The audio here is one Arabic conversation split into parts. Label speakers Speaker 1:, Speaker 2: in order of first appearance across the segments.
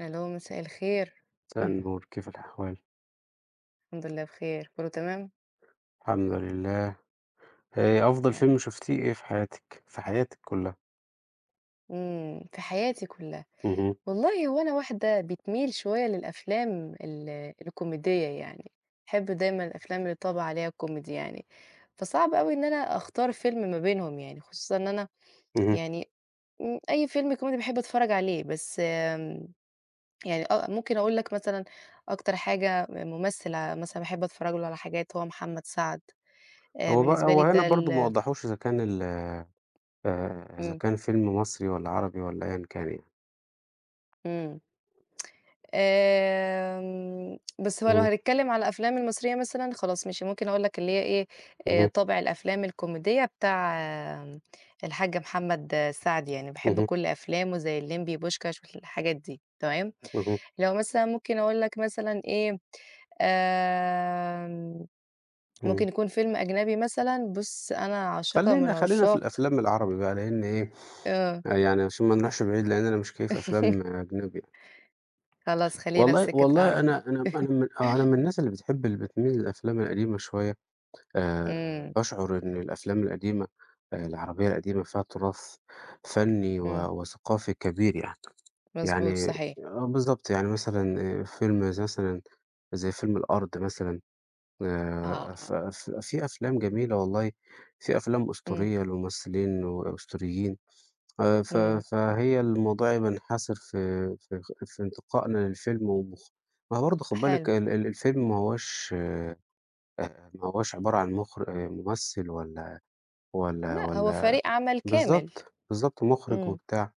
Speaker 1: ألو، مساء الخير.
Speaker 2: مساء النور، كيف الأحوال؟
Speaker 1: الحمد لله بخير، كله تمام؟
Speaker 2: الحمد لله. أفضل
Speaker 1: حلو.
Speaker 2: فيلم شُفتيه إيه في حياتِك؟ في حياتِك كلّها.
Speaker 1: في حياتي كلّها.
Speaker 2: اهم،
Speaker 1: والله هو أنا واحدة بتميل شوية للأفلام ال الكوميدية يعني، باحب دايمًا الأفلام اللي طابع عليها comedy يعني، فصعب أوي إن أنا أختار فيلم ما بينهم يعني، خصوصًا إن أنا
Speaker 2: اهم.
Speaker 1: يعني أي فيلم comedy باحب أتفرّج عليه، بس يعني ممكن أقول لك مثلًا أكتر حاجة ممثل مثلًا باحب أتفرّج له على حاجات هو محمد سعد،
Speaker 2: هو بقى
Speaker 1: بالنسبة
Speaker 2: هو
Speaker 1: لي
Speaker 2: هنا
Speaker 1: ده
Speaker 2: برضه ما
Speaker 1: ال
Speaker 2: وضّحوش إذا كان ال إذا
Speaker 1: إمم،
Speaker 2: كان فيلم مصري والّا عربي والّا أيًا كان يعني.
Speaker 1: إمم. آمم، بس هو لو
Speaker 2: اهم،
Speaker 1: هنتكلم على الأفلام المصرية مثلًا، خلاص ماشي، ممكن أقول لك اللي هي إيه،
Speaker 2: اهم،
Speaker 1: طابع الأفلام الكوميدية بتاع آم، الحاج محمد سعد يعني، باحب
Speaker 2: اهم،
Speaker 1: كل أفلامه زي اللمبي، بوشكاش، الحاجات دي، تمام؟
Speaker 2: اهم،
Speaker 1: لو مثلًا ممكن أقول لك مثلًا إيه، آمم،
Speaker 2: اهم.
Speaker 1: ممكن يكون فيلم أجنبي مثلًا، بُص أنا عاشقة
Speaker 2: خلّينا
Speaker 1: من
Speaker 2: خلّينا في
Speaker 1: عشاق
Speaker 2: الأفلام العربي بقى لإن إيه،
Speaker 1: آه،
Speaker 2: يعني عشان ما نروحش بعيد لإن أنا مش كيّف أفلام أجنبي يعني.
Speaker 1: خلاص خلّينا في
Speaker 2: والله
Speaker 1: سكة
Speaker 2: والله
Speaker 1: العربي.
Speaker 2: أنا من آه، أنا من الناس اللي بتحب اللي بتميل للأفلام القديمة شوية.
Speaker 1: إمم،
Speaker 2: باشعُر إن الأفلام القديمة العربية القديمة فيها تُراث فنّي
Speaker 1: إمم،
Speaker 2: و وثقافي كبير يعني.
Speaker 1: مضبوط
Speaker 2: يعني
Speaker 1: صحيح،
Speaker 2: آه بالضبط. يعني مثلًا فيلم زي مثلًا زي فيلم الأرض مثلًا
Speaker 1: آه، آه،
Speaker 2: ف ف في أفلام جميلة والله، في أفلام
Speaker 1: إمم.
Speaker 2: أسطورية لممثلين وأسطوريين. ف
Speaker 1: إمم.
Speaker 2: فهي الموضوع يبقى انحصر في انتقائنا للفيلم ما هو برضه خُد
Speaker 1: حلو.
Speaker 2: بالك ال الفيلم ما هواش ما هواش عبارة عن مخر ممثل
Speaker 1: لأ، هو
Speaker 2: والّا.
Speaker 1: فريق عمل كامل.
Speaker 2: بالضبط، بالضبط مُخرِج
Speaker 1: إمم.
Speaker 2: وبتاع.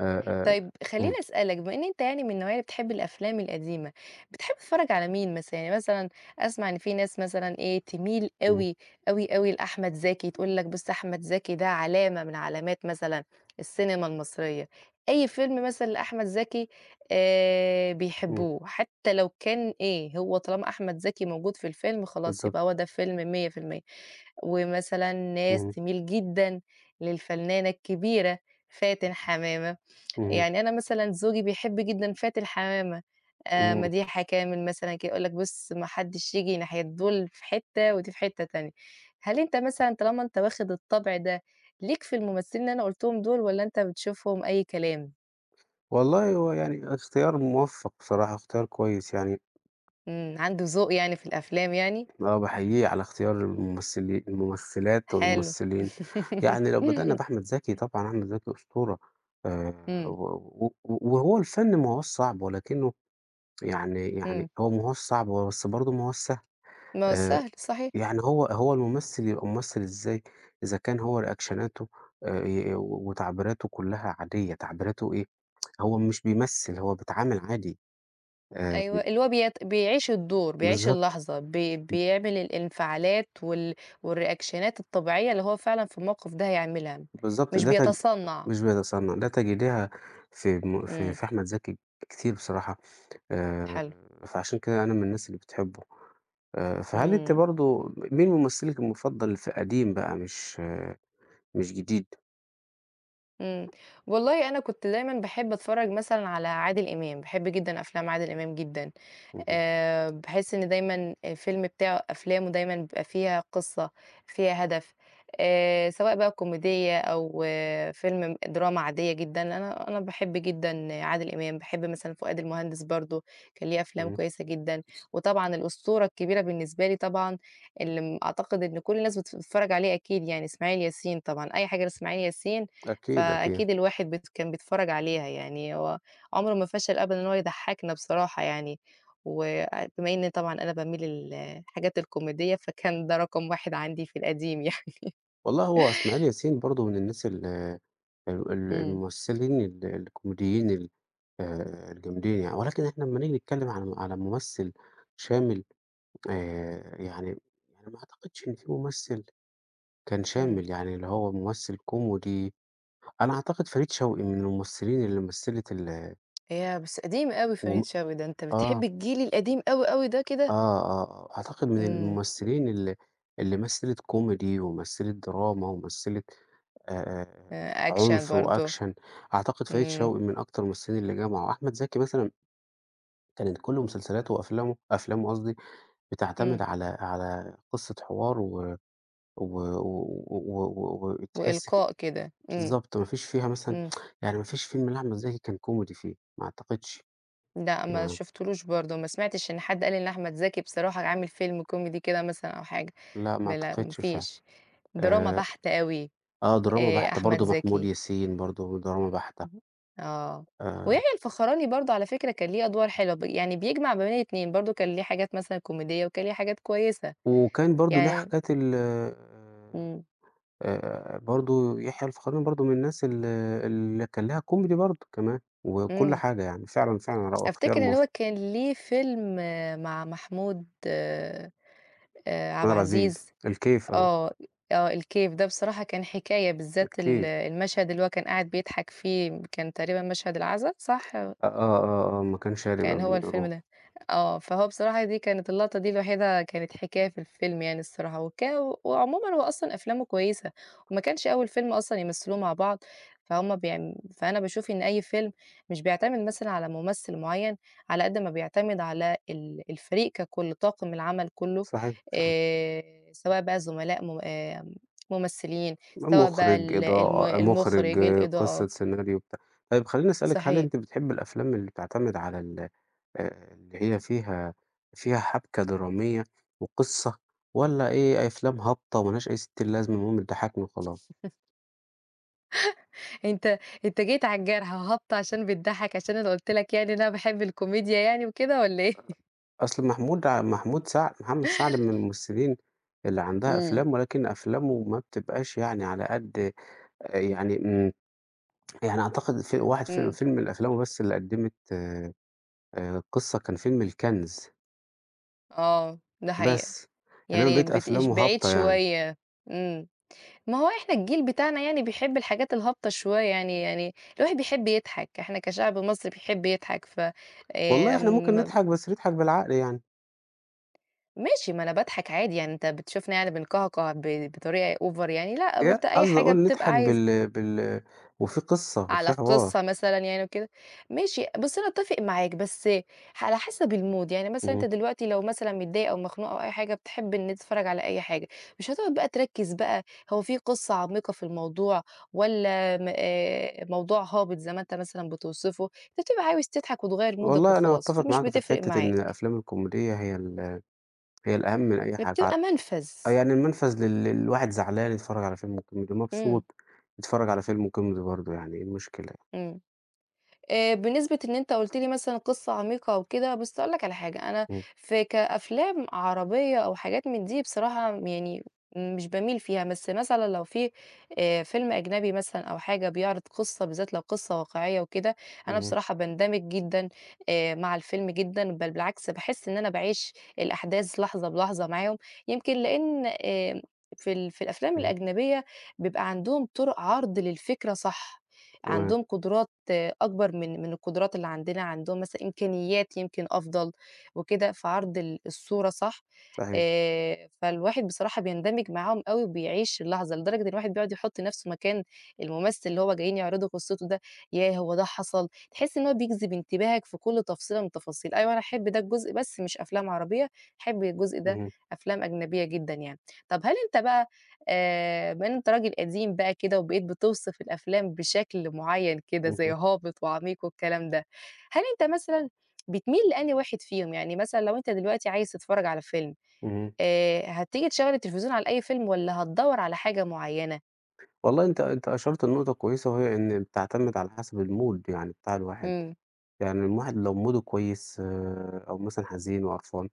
Speaker 2: آآ آآ
Speaker 1: طيب خلّيني
Speaker 2: إمم،
Speaker 1: أسألك، بما إن أنت يعني من النوعية اللي بتحب الأفلام القديمة، بتحب تتفرّج على مين مثلًا؟ يعني مثلًا أسمع إن في ناس مثلًا إيه، تميل
Speaker 2: إمم،
Speaker 1: أوي، أوي لأحمد زكي، تقول لك بُص أحمد زكي ده علامة من علامات مثلًا السينما المصرية. أي فيلم مثلًا لأحمد زكي
Speaker 2: إمم،
Speaker 1: بيحبوه، حتى لو كان إيه، هو طالما أحمد زكي موجود في الفيلم خلاص
Speaker 2: بالضبط،
Speaker 1: يبقى هو ده فيلم 100%. ومثلًا ناس
Speaker 2: اهم،
Speaker 1: تميل جدًا للفنانة الكبيرة فاتن حمامة،
Speaker 2: اهم،
Speaker 1: يعني أنا مثلًا زوجي بيحب جدًا فاتن حمامة،
Speaker 2: إمم.
Speaker 1: مديحة كامل مثلًا كده، يقول لك بُص ما حدش ييجي ناحية دول في حتة ودي في حتة تانية. هل أنت مثلًا طالما أنت واخد الطبع ده، ليك في الممثلين اللي أنا قُلتهم دول والّا أنت بتشوفهم أي كلام؟
Speaker 2: والله هو يعني اختيار موفّق بصراحة، اختيار كويس يعني.
Speaker 1: إمم، عنده ذوق يعني في الأفلام يعني؟
Speaker 2: آه، باحييه على اختيار الممثلات
Speaker 1: حلو.
Speaker 2: والممثلين. يعني لو بدأنا بأحمد زكي، طبعًا أحمد زكي أسطورة. آآ
Speaker 1: إمم،
Speaker 2: و و وهو الفن ما هوّاش صعب ولكنه يعني، يعني
Speaker 1: إمم،
Speaker 2: هو ما هوّاش صعب، هو بس برضه ما هوّاش سهل.
Speaker 1: ما هو
Speaker 2: آآ
Speaker 1: سهل صحيح.
Speaker 2: يعني هو الممثل يبقى ممثل إزاي إذا كان هو ريأكشناته ي وتعبيراته كلّها عادية، تعبيراته إيه، هو مش بيمثل، هو بيتعامل عادي.
Speaker 1: أيوه،
Speaker 2: آمم
Speaker 1: اللي هو بيعيش الدور، بيعيش
Speaker 2: بالضبط،
Speaker 1: اللحظة، بيعمل الانفعالات والريأكشنات الطبيعية اللي هو فعلًا في الموقف ده هيعملها،
Speaker 2: بالضبط
Speaker 1: مش
Speaker 2: ده تج
Speaker 1: بيتصنّع.
Speaker 2: مش بيتصنّع، ده تجديها في م في
Speaker 1: إمم،
Speaker 2: في أحمد زكي كتير بصراحة. آآ
Speaker 1: حلو،
Speaker 2: فعشان كده أنا من الناس اللي بتحبه. فهل أنتِ
Speaker 1: إمم،
Speaker 2: برضه مين ممثلِك المفضل في قديم بقى، مش آه، مش جديد؟
Speaker 1: إمم. والله أنا كنت دايمًا باحب أتفرّج مثلًا على عادل إمام، باحب جدًا أفلام عادل إمام جدًا.
Speaker 2: اهم،
Speaker 1: باحس إن دايمًا الفيلم بتاعه أفلامه دايمًا بيبقى فيها قصة، فيها هدف، سواء بقى كوميدية أو آه، فيلم دراما عادية جدًا، أنا باحب جدًا عادل إمام، باحب مثلًا فؤاد المهندس برضه، كان ليه أفلام
Speaker 2: اهم،
Speaker 1: كويسة جدًا، وطبعًا الأسطورة الكبيرة بالنسبة لي طبعًا اللي م أعتقد إن كل الناس بتتفرج عليه أكيد يعني إسماعيل ياسين طبعًا، أي حاجة لإسماعيل ياسين
Speaker 2: أكيد، أكيد.
Speaker 1: فأكيد الواحد كان بيتفرج عليها يعني، هو عمره ما فشل أبدًا إن هو يضحّكنا بصراحة يعني. وبما إن طبعًا أنا باميل للحاجات الكوميدية، فكان ده رقم 1 عندي في القديم يعني.
Speaker 2: والله، هو إسماعيل ياسين برضه من الناس ال ال ال
Speaker 1: إمم.
Speaker 2: الممثلين الكوميديين ال الجامدين يعني. ولكن إحنا لمّا نيجي نتكلم على على ممثل شامل، يعني يعني ما أعتقدش إن في ممثل كان
Speaker 1: إمم.
Speaker 2: شامل، يعني اللي هو ممثل كوميدي. أنا أعتقد فريد شوقي من الممثلين اللي مثلت ال
Speaker 1: ياه! بس قديم أوي
Speaker 2: وم
Speaker 1: فريد شوقي ده، أنت بتحب
Speaker 2: آه.
Speaker 1: الجيل القديم أوي، أوي ده كده؟
Speaker 2: آه، آه، آه، أعتقد من
Speaker 1: إمم.
Speaker 2: الممثلين ال اللي مثّلت كوميدي ومثّلت دراما ومثّلت آآ
Speaker 1: أكشن
Speaker 2: عنف
Speaker 1: برضه.
Speaker 2: وأكشن. أعتقد فريد
Speaker 1: إمم.
Speaker 2: شوقي من أكتر الممثلين اللي جمعوا. أحمد زكي مثلًا كانت كل مسلسلاته وأفلامه، أفلامه قصدي،
Speaker 1: إمم.
Speaker 2: بتعتمد على على قصة حوار و وتحس ك
Speaker 1: وإلقاء كده. إمم.
Speaker 2: بالضبط. ما فيش فيها مثلًا
Speaker 1: إمم.
Speaker 2: يعني ما فيش فيلم لأحمد زكي كان كوميدي فيه، ما أعتقدش
Speaker 1: لأ، ما
Speaker 2: يعني.
Speaker 1: شُفتلوش برضه، ما سمعتش إن حد قال إن أحمد زكي بصراحة عامل فيلم كوميدي كده مثلًا أو حاجة،
Speaker 2: لأ، ما
Speaker 1: لأ ما
Speaker 2: أعتقدش فعلًا.
Speaker 1: فيش. دراما
Speaker 2: آآ
Speaker 1: بحتة أوي
Speaker 2: آه، دراما بحتة،
Speaker 1: أحمد
Speaker 2: برضه محمود
Speaker 1: زكي.
Speaker 2: ياسين برضه دراما بحتة.
Speaker 1: اهم. آه.
Speaker 2: آآ،
Speaker 1: ويحيى الفخراني برضه على فكرة كان ليه أدوار حلوة، يعني بيجمع ما بين الاتنين، برضه كان ليه حاجات مثلًا كوميدية وكان ليه حاجات كويسة.
Speaker 2: وكان برضه ليه
Speaker 1: يعني
Speaker 2: حاجات ال.
Speaker 1: إمم،
Speaker 2: برضه يحيى الفخراني برضه من الناس ال اللي كان ليها كوميدي برضه كمان، وكل
Speaker 1: إمم.
Speaker 2: حاجة يعني، فعلًا، فعلًا رائع، اختيار
Speaker 1: أفتكر إن هو
Speaker 2: موفق.
Speaker 1: كان ليه فيلم آه، مع محمود
Speaker 2: محمود
Speaker 1: عبد
Speaker 2: عبد العزيز،
Speaker 1: العزيز
Speaker 2: الكيف، آه.
Speaker 1: آه، آه، الكيف ده بصراحة كان حكاية، بالذات ال
Speaker 2: الكيف،
Speaker 1: المشهد اللي هو كان قاعد بيضحك فيه، كان تقريبًا مشهد العزا، صح؟
Speaker 2: آه، آه، آه، آه. ما كانش هارب
Speaker 1: كان
Speaker 2: قبل
Speaker 1: هو
Speaker 2: ما
Speaker 1: الفيلم
Speaker 2: يروح.
Speaker 1: ده. آه، فهو بصراحة دي كانت اللقطة دي الوحيدة كانت حكاية في الفيلم يعني الصراحة، وعمومًا هو أصلًا أفلامه كويسة، وما كانش أول فيلم أصلًا يمثّلوه مع بعض، فهُم بيعم فأنا باشوف إن أي فيلم مش بيعتمد مثلًا على ممثل معيّن، على قد ما بيعتمد على الفريق ككُلّ، طاقم العمل كُلّه،
Speaker 2: صحيح، صحيح.
Speaker 1: آآ، سواء بقى زملاء ممثلين، سواء بقى
Speaker 2: مُخرِج،
Speaker 1: ال الم
Speaker 2: إضاءة، مُخرِج،
Speaker 1: المُخرج،
Speaker 2: قصة،
Speaker 1: الإضاءة،
Speaker 2: سيناريو، بتاع. طيب، خلّيني أسألِك، هل
Speaker 1: صحيح.
Speaker 2: أنتِ بتحبّي الأفلام اللي بتعتمد على ال، اللي هي فيها فيها حبكة درامية وقصة، والّا إيه، أفلام هابطة وما لهاش أي ستين لازمة، المهم تضحّكني وخلاص؟
Speaker 1: أنت أنت جيت على الجرح، هاهبط عشان بتضحّك عشان أنا قُلت لك يعني إن أنا باحب الكوميديا يعني وكده والّا إيه؟
Speaker 2: أصل محمود ع محمود سع محمد سعد من الممثلين اللي عندها
Speaker 1: إمم،
Speaker 2: أفلام ولكن أفلامه ما بتبقاش يعني على قد، يعني إمم، يعني أعتقد في واحد في
Speaker 1: إمم،
Speaker 2: فيلم من أفلامه بس اللي قدّمت قصة، كان فيلم الكنز.
Speaker 1: آه، ده حقيقة،
Speaker 2: بس، إنما
Speaker 1: يعني
Speaker 2: بقية
Speaker 1: بتقيش
Speaker 2: أفلامه
Speaker 1: بعيد
Speaker 2: هابطة يعني.
Speaker 1: شوية، إمم، ما هو إحنا الجيل بتاعنا يعني بيحب الحاجات الهابطة شوية يعني الواحد بيحب يضحك، إحنا كشعب مصري بيحب يضحك ف
Speaker 2: والله إحنا ممكن
Speaker 1: آمم،
Speaker 2: نضحك، بس نضحك بالعقل يعني.
Speaker 1: ماشي ما أنا باضحك عادي يعني أنت بتشوفنا يعني بنكهكه بطريقة over يعني لأ،
Speaker 2: يع
Speaker 1: أي
Speaker 2: قصدي
Speaker 1: حاجة
Speaker 2: أقول
Speaker 1: بتبقى
Speaker 2: نضحك
Speaker 1: عايز
Speaker 2: بال بال وفي قصة
Speaker 1: على
Speaker 2: وفي حوار.
Speaker 1: القصة مثلًا يعني وكده، ماشي بُص أنا أتّفق معاك، بس على حسب الmood يعني مثلًا أنت
Speaker 2: اهم.
Speaker 1: دلوقتي لو مثلًا متضايق أو مخنوق أو أي حاجة بتحب إن أنت تتفرّج على أي حاجة، مش هتقعد بقى تركّز بقى هو في قصة عميقة في الموضوع والّا م موضوع هابط زي ما أنت مثلًا بتوصفه، أنت بتبقى عاوز تضحك وتغيّر مودك
Speaker 2: والله أنا
Speaker 1: وخلاص،
Speaker 2: باتفق
Speaker 1: فمش
Speaker 2: معاك في
Speaker 1: بتفرق
Speaker 2: الحتة إن
Speaker 1: معاك،
Speaker 2: الأفلام الكوميدية هي هي الأهم من أي حاجة ع،
Speaker 1: فبتبقى منفذ.
Speaker 2: يعني المنفذ لل. الواحد زعلان يتفرج على فيلم كوميدي،
Speaker 1: إمم،
Speaker 2: مبسوط يتفرج على فيلم كوميدي برضه، يعني إيه المشكلة يعني؟
Speaker 1: إمم. بنسبة إن أنت قُلت لي مثلًا قصة عميقة أو كده، بس هاقول لك على حاجة، أنا
Speaker 2: إمم،
Speaker 1: في كأفلام عربية أو حاجات من دي بصراحة يعني مش باميل فيها، بس مثلًا لو في فيلم أجنبي مثلًا أو حاجة بيعرض قصة، بالذات لو قصة واقعية وكده، أنا
Speaker 2: اهم،
Speaker 1: بصراحة باندمج جدًا مع الفيلم جدًا، بل بالعكس باحس إن أنا باعيش الأحداث لحظة بلحظة معاهم، يمكن لإن في ال في الأفلام
Speaker 2: اهم،
Speaker 1: الأجنبية بيبقى عندهم طُرق عرض للفكرة صح،
Speaker 2: تمام،
Speaker 1: عندهم قدرات أكبر من القدرات اللي عندنا، عندهم مثلًا إمكانيات يمكن أفضل وكده، فعرض الصورة صح،
Speaker 2: صحيح.
Speaker 1: فالواحد بصراحة بيندمج معاهم أوي وبيعيش اللحظة، لدرجة إن الواحد بيقعد يحط نفسه مكان الممثل اللي هو جايين يعرضوا قصته ده، ياه هو ده حصل! تحس إن هو بيجذب انتباهك في كل تفصيلة من التفاصيل، أيوه أنا أحب ده الجزء بس مش أفلام عربية، أحب الجزء ده
Speaker 2: اهم،
Speaker 1: أفلام أجنبية جدًا يعني. طب هل أنت بقى بما إن أنت راجل قديم بقى كده وبقيت بتوصف الأفلام بشكل معيّن كده زي
Speaker 2: اهم،
Speaker 1: هابط وعميق والكلام ده، هل أنت مثلًا بتميل لأنهي واحد فيهم؟ يعني مثلًا لو أنت دلوقتي عايز تتفرج على فيلم،
Speaker 2: اهم.
Speaker 1: هتيجي تشغّل التلفزيون على أي فيلم والّا هتدوّر على حاجة معيّنة؟
Speaker 2: والله، أنت أنت أشرت لنقطة كويسة، وهي إن بتعتمد على حسب الmood يعني بتاع الواحد.
Speaker 1: إمم،
Speaker 2: يعني الواحد لو موده كويس، أو مثلًا حزين وقرفان،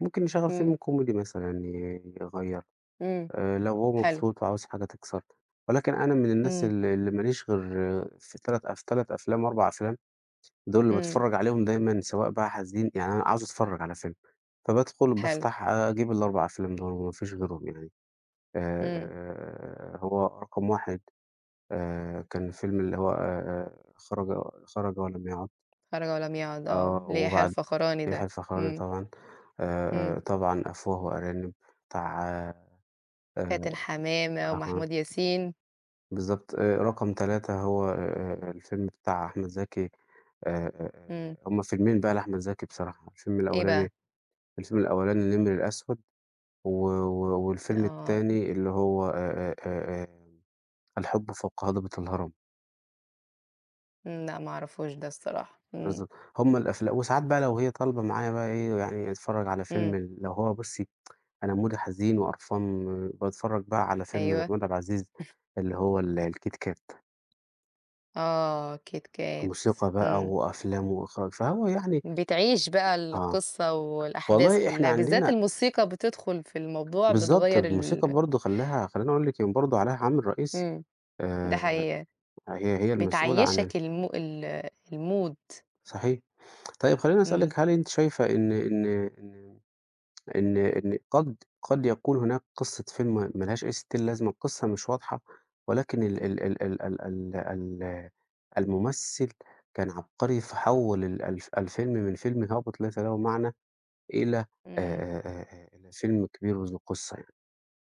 Speaker 2: ممكن يشغّل فيلم
Speaker 1: إمم،
Speaker 2: كوميدي مثلًا ي يغيّر.
Speaker 1: إمم،
Speaker 2: لو هو
Speaker 1: حلو،
Speaker 2: مبسوط وعاوز حاجة تكسر. ولكن أنا من الناس
Speaker 1: إمم،
Speaker 2: ال اللي ما ليش غير، آه، في 3 أفلام، 4 أفلام دول اللي
Speaker 1: إمم،
Speaker 2: باتفرّج عليهم دايمًا. سواء بقى حزين، يعني أنا عاوز أتفرّج على فيلم، فبادخل
Speaker 1: حلو،
Speaker 2: بافتح أجيب ال4 أفلام دول وما فيش غيرهم يعني.
Speaker 1: إمم،
Speaker 2: هو رقم 1 كان الفيلم اللي هو خرج ولم يعد.
Speaker 1: خرج ولم يعد آه،
Speaker 2: آه.
Speaker 1: ليحيى
Speaker 2: وبعد
Speaker 1: الفخراني
Speaker 2: ريح
Speaker 1: ده،
Speaker 2: الفخاري
Speaker 1: إمم،
Speaker 2: طبعًا،
Speaker 1: إمم،
Speaker 2: طبعًا أفواه وأرانب بتاع،
Speaker 1: فاتن حمامة
Speaker 2: أها،
Speaker 1: ومحمود ياسين،
Speaker 2: بالضبط. رقم 3 هو الفيلم بتاع أحمد زكي.
Speaker 1: إمم،
Speaker 2: هُم فيلمين بقى لأحمد زكي بصراحة.
Speaker 1: إيه بقى؟
Speaker 2: الفيلم الأولاني النمر الأسود، و و والفيلم
Speaker 1: آه.
Speaker 2: التاني اللي هو الحب فوق هضبة الهرم.
Speaker 1: إمم، لأ ما أعرفوش ده الصراحة، إمم،
Speaker 2: بالضبط. هُم الأفلا وساعات بقى لو هي طالبة معايا بقى إيه، يعني أتفرّج على
Speaker 1: إمم،
Speaker 2: فيلم ال، لو هو بُصّي أنا مودي حزين وقرفان، باتفرّج بقى على فيلم
Speaker 1: أيوه،
Speaker 2: محمود عبد العزيز اللي هو ال الكيت كات.
Speaker 1: آه، كيت كات،
Speaker 2: موسيقى بقى
Speaker 1: إمم،
Speaker 2: وأفلام وإخراج، فهو يعني
Speaker 1: بتعيش بقى
Speaker 2: آه.
Speaker 1: القصة والأحداث
Speaker 2: والله إحنا
Speaker 1: كلّها، بالذات
Speaker 2: عندنا،
Speaker 1: الموسيقى بتدخل في الموضوع
Speaker 2: بالضبط،
Speaker 1: بتغيّر
Speaker 2: الموسيقى
Speaker 1: ال
Speaker 2: برضه خلّاها، خلّيني أقول لِك إن برضه عليها عامل رئيسي.
Speaker 1: إمم، ده
Speaker 2: آآ
Speaker 1: حقيقة،
Speaker 2: هي هي المسؤولة عن ال.
Speaker 1: بتعيّشك الم ال الmood
Speaker 2: صحيح. طيب، خلّيني
Speaker 1: إمم،
Speaker 2: أسألِك، هل أنتِ شايفة إن قد، قد يكون هناك قصة فيلم ما لهاش أي ستين لازمة، القصة مش واضحة، ولكن ال ال الممثل كان عبقري، في حوّل ال الف الفيلم من فيلم هابط ليس له معنى إلى
Speaker 1: إمم،
Speaker 2: إلى فيلم كبير ذو قصة يعني.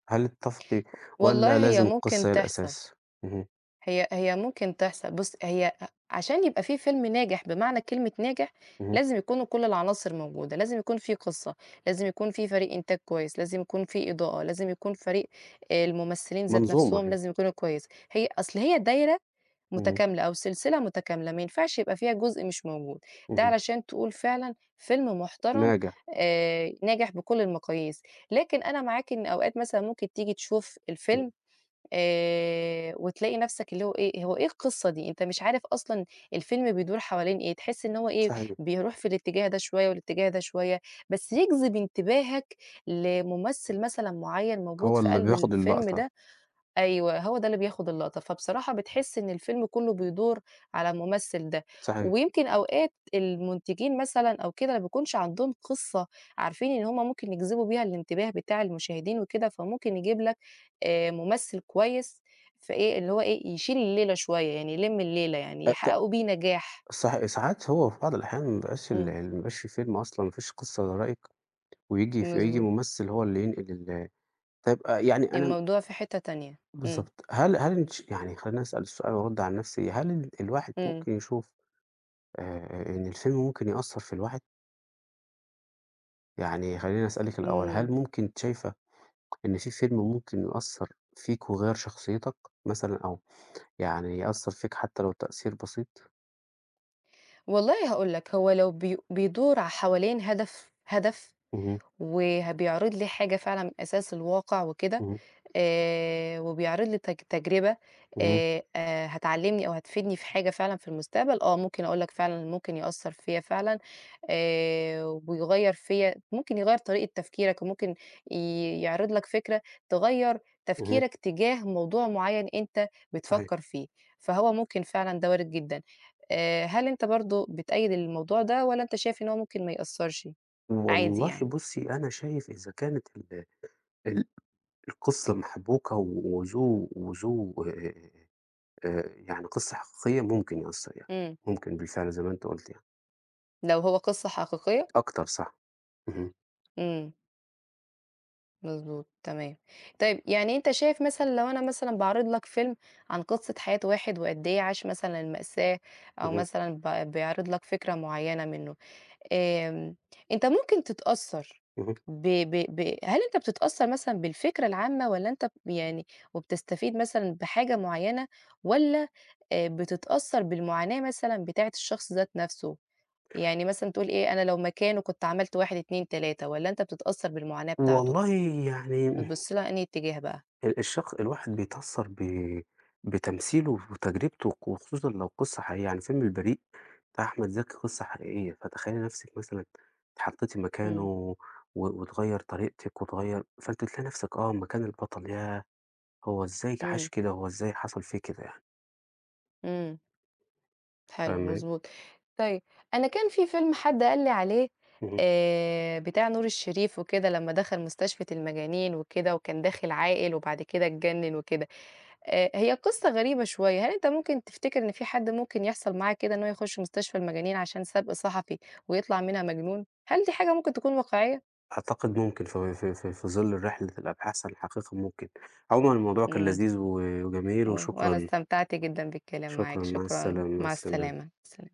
Speaker 2: هل تتفقي، والّا
Speaker 1: والله هي
Speaker 2: لازم
Speaker 1: ممكن
Speaker 2: القصة هي
Speaker 1: تحصل.
Speaker 2: الأساس؟ اهم،
Speaker 1: هي ممكن تحصل، بُص هي عشان يبقى في فيلم ناجح بمعنى كلمة ناجح،
Speaker 2: اهم،
Speaker 1: لازم يكونوا كل العناصر موجودة، لازم يكون في قصة، لازم يكون في فريق إنتاج كويس، لازم يكون في إضاءة، لازم يكون فريق الممثلين ذات
Speaker 2: منظومة
Speaker 1: نفسهم
Speaker 2: هي.
Speaker 1: لازم يكونوا كويس، هي أصل هي دايرة
Speaker 2: اهم،
Speaker 1: متكاملة أو سلسلة متكاملة، ما ينفعش يبقى فيها جزء مش موجود، ده
Speaker 2: اهم،
Speaker 1: علشان تقول فعلًا فيلم محترم
Speaker 2: ناجح.
Speaker 1: ناجح بكل المقاييس، لكن أنا معاك إن أوقات مثلًا ممكن تيجي تشوف
Speaker 2: اهم،
Speaker 1: الفيلم وتلاقي نَفْسك اللي هو إيه، هو إيه القصة دي؟ أنت مش عارف أصلًا الفيلم بيدور حوالين إيه، تحس إن هو إيه،
Speaker 2: صحيح.
Speaker 1: بيروح في الاتجاه ده شوية والاتجاه ده شوية، بس يجذب انتباهك لممثل مثلًا معيّن موجود
Speaker 2: هو
Speaker 1: في
Speaker 2: اللي
Speaker 1: قلب
Speaker 2: بياخد
Speaker 1: الفيلم
Speaker 2: اللقطة.
Speaker 1: ده أيوه، هو ده اللي بياخد اللقطة، فبصراحة بتحس إن الفيلم كلّه بيدور على الممثل ده،
Speaker 2: صحيح.
Speaker 1: ويمكن أوقات المُنتجين مثلًا أو كده ما بيكونش عندهم قصة عارفين إن هُم ممكن يجذبوا بيها الانتباه بتاع المشاهدين وكده، فممكن يجيب لك ممثل كويس فإيه اللي هو إيه، يشيل الليلة شوية، يعني يلِم الليلة، يعني
Speaker 2: أ ت
Speaker 1: يحققوا بيه نجاح.
Speaker 2: صح، ساعات هو في بعض الأحيان ما بيبقاش ال
Speaker 1: إمم،
Speaker 2: ال ما بيبقاش في فيلم أصلًا، ما فيش قصة للرأيك، وييجي ييجي
Speaker 1: مضبوط،
Speaker 2: ممثل هو اللي ينقل ال. طيب، يعني أنا
Speaker 1: الموضوع في حتّة تانية. إمم،
Speaker 2: بالضبط. هل هل أنتِ يعني، خلّيني أسأل السؤال وأرد عن نفسي، هل ال الواحد
Speaker 1: إمم،
Speaker 2: ممكن يشوف إن الفيلم ممكن يأثّر في الواحد؟ يعني خلّيني أسألِك الأول،
Speaker 1: إمم.
Speaker 2: هل ممكن، أنتِ شايفة إن في فيلم ممكن يأثّر فيك ويغيّر شخصيتك مثلًا، أو يعني يأثّر فيك حتى لو تأثير بسيط؟
Speaker 1: والله هاقول لك، هو لو بيدور ع حوالين هدف
Speaker 2: اهم،
Speaker 1: وبيعرض لي حاجة فعلًا من أساس الواقع وكده،
Speaker 2: اهم،
Speaker 1: وبيعرض لي تجربة
Speaker 2: اهم،
Speaker 1: آآ هتعلّمني أو هتفيدني في حاجة فعلًا في المستقبل، آه ممكن أقول لك فعلًا ممكن يأثّر فيّا فعلًا ويغيّر فيّا ممكن يغيّر طريقة تفكيرك وممكن يعرض لك فكرة تغيّر
Speaker 2: اهم،
Speaker 1: تفكيرك تجاه موضوع معيّن أنت
Speaker 2: صحيح.
Speaker 1: بتفكّر فيه، فهو ممكن فعلًا ده وارد جدًا. هل أنت برضه بتأيّد الموضوع ده والّا أنت شايف إن هو ممكن ما يأثّرش؟ عادي
Speaker 2: والله
Speaker 1: يعني.
Speaker 2: بُصّي، أنا شايف إذا كانت ال، ال القصة محبوكة وذو وذو، يعني قصة حقيقية ممكن يأثّر يعني،
Speaker 1: إمم.
Speaker 2: ممكن بالفعل زي ما أنتِ قُلتِ يعني،
Speaker 1: لو هو قصة حقيقية؟
Speaker 2: أكتر صح. اهم،
Speaker 1: إمم، مضبوط، تمام. طيب يعني أنت شايف مثلًا لو أنا مثلًا باعرض لك فيلم عن قصة حياة واحد وقد إيه عاش مثلًا المأساة، أو
Speaker 2: اهم،
Speaker 1: مثلًا بيعرض لك فكرة معينة منه، آمم، أنت ممكن تتأثّر
Speaker 2: اهم.
Speaker 1: ب ب ب هل أنت بتتأثّر مثلًا بالفكرة العامة والّا أنت ب يعني وبتستفيد مثلًا بحاجة معينة والّا بتتأثّر بالمعاناة مثلًا بتاعة الشخص ذات نَفْسه؟ يعني مثلًا تقول إيه، أنا لو مكانه كنت عملت 1، 2، 3 والّا أنت بتتأثّر بالمعاناة بتاعته،
Speaker 2: والله يعني
Speaker 1: بتبُص لها أنهي اتجاه بقى؟
Speaker 2: ال الشخص الواحد بيتأثّر ب بتمثيله وتجربته، وخصوصًا لو قصّة حقيقية. يعني فيلم البريء بتاع أحمد زكي قصّة حقيقية، فتخيّلي نَفْسِك مثلًا اتحطّيتِ مكانه،
Speaker 1: إمم،
Speaker 2: و وتغيّر طريقتِك وتغيّر، فأنتِ تلاقي نَفْسِك آه مكان البطل، ياه! هو إزاي
Speaker 1: إمم،
Speaker 2: عاش كده، هو إزاي حصل فيه كده يعني،
Speaker 1: إمم، حلو
Speaker 2: فاهماني؟
Speaker 1: مضبوط. طيب أنا كان في فيلم حد قال لي عليه
Speaker 2: اهم.
Speaker 1: بتاع نور الشريف وكده لمّا دخل مستشفى المجانين وكده، وكان داخل عاقل وبعد كده اتجنن وكده، هي قصة غريبة شوية، هل أنت ممكن تفتكر إن في حد ممكن يحصل معاه كده إن هو يخش مستشفى المجانين عشان سَبْق صحفي ويطلع منها مجنون؟ هل دي حاجة ممكن تكون واقعية؟
Speaker 2: أعتقد ممكن، في في في في ظِل رحلة الأبحاث عن الحقيقة ممكن. عمومًا الموضوع كان
Speaker 1: إمم.
Speaker 2: لذيذ و وجميل،
Speaker 1: وأنا
Speaker 2: وشكرًا.
Speaker 1: استمتعت جدًا بالكلام معاك،
Speaker 2: شكرًا، مع
Speaker 1: شكرًا،
Speaker 2: السلامة، مع
Speaker 1: مع
Speaker 2: السلامة.
Speaker 1: السلامة، سل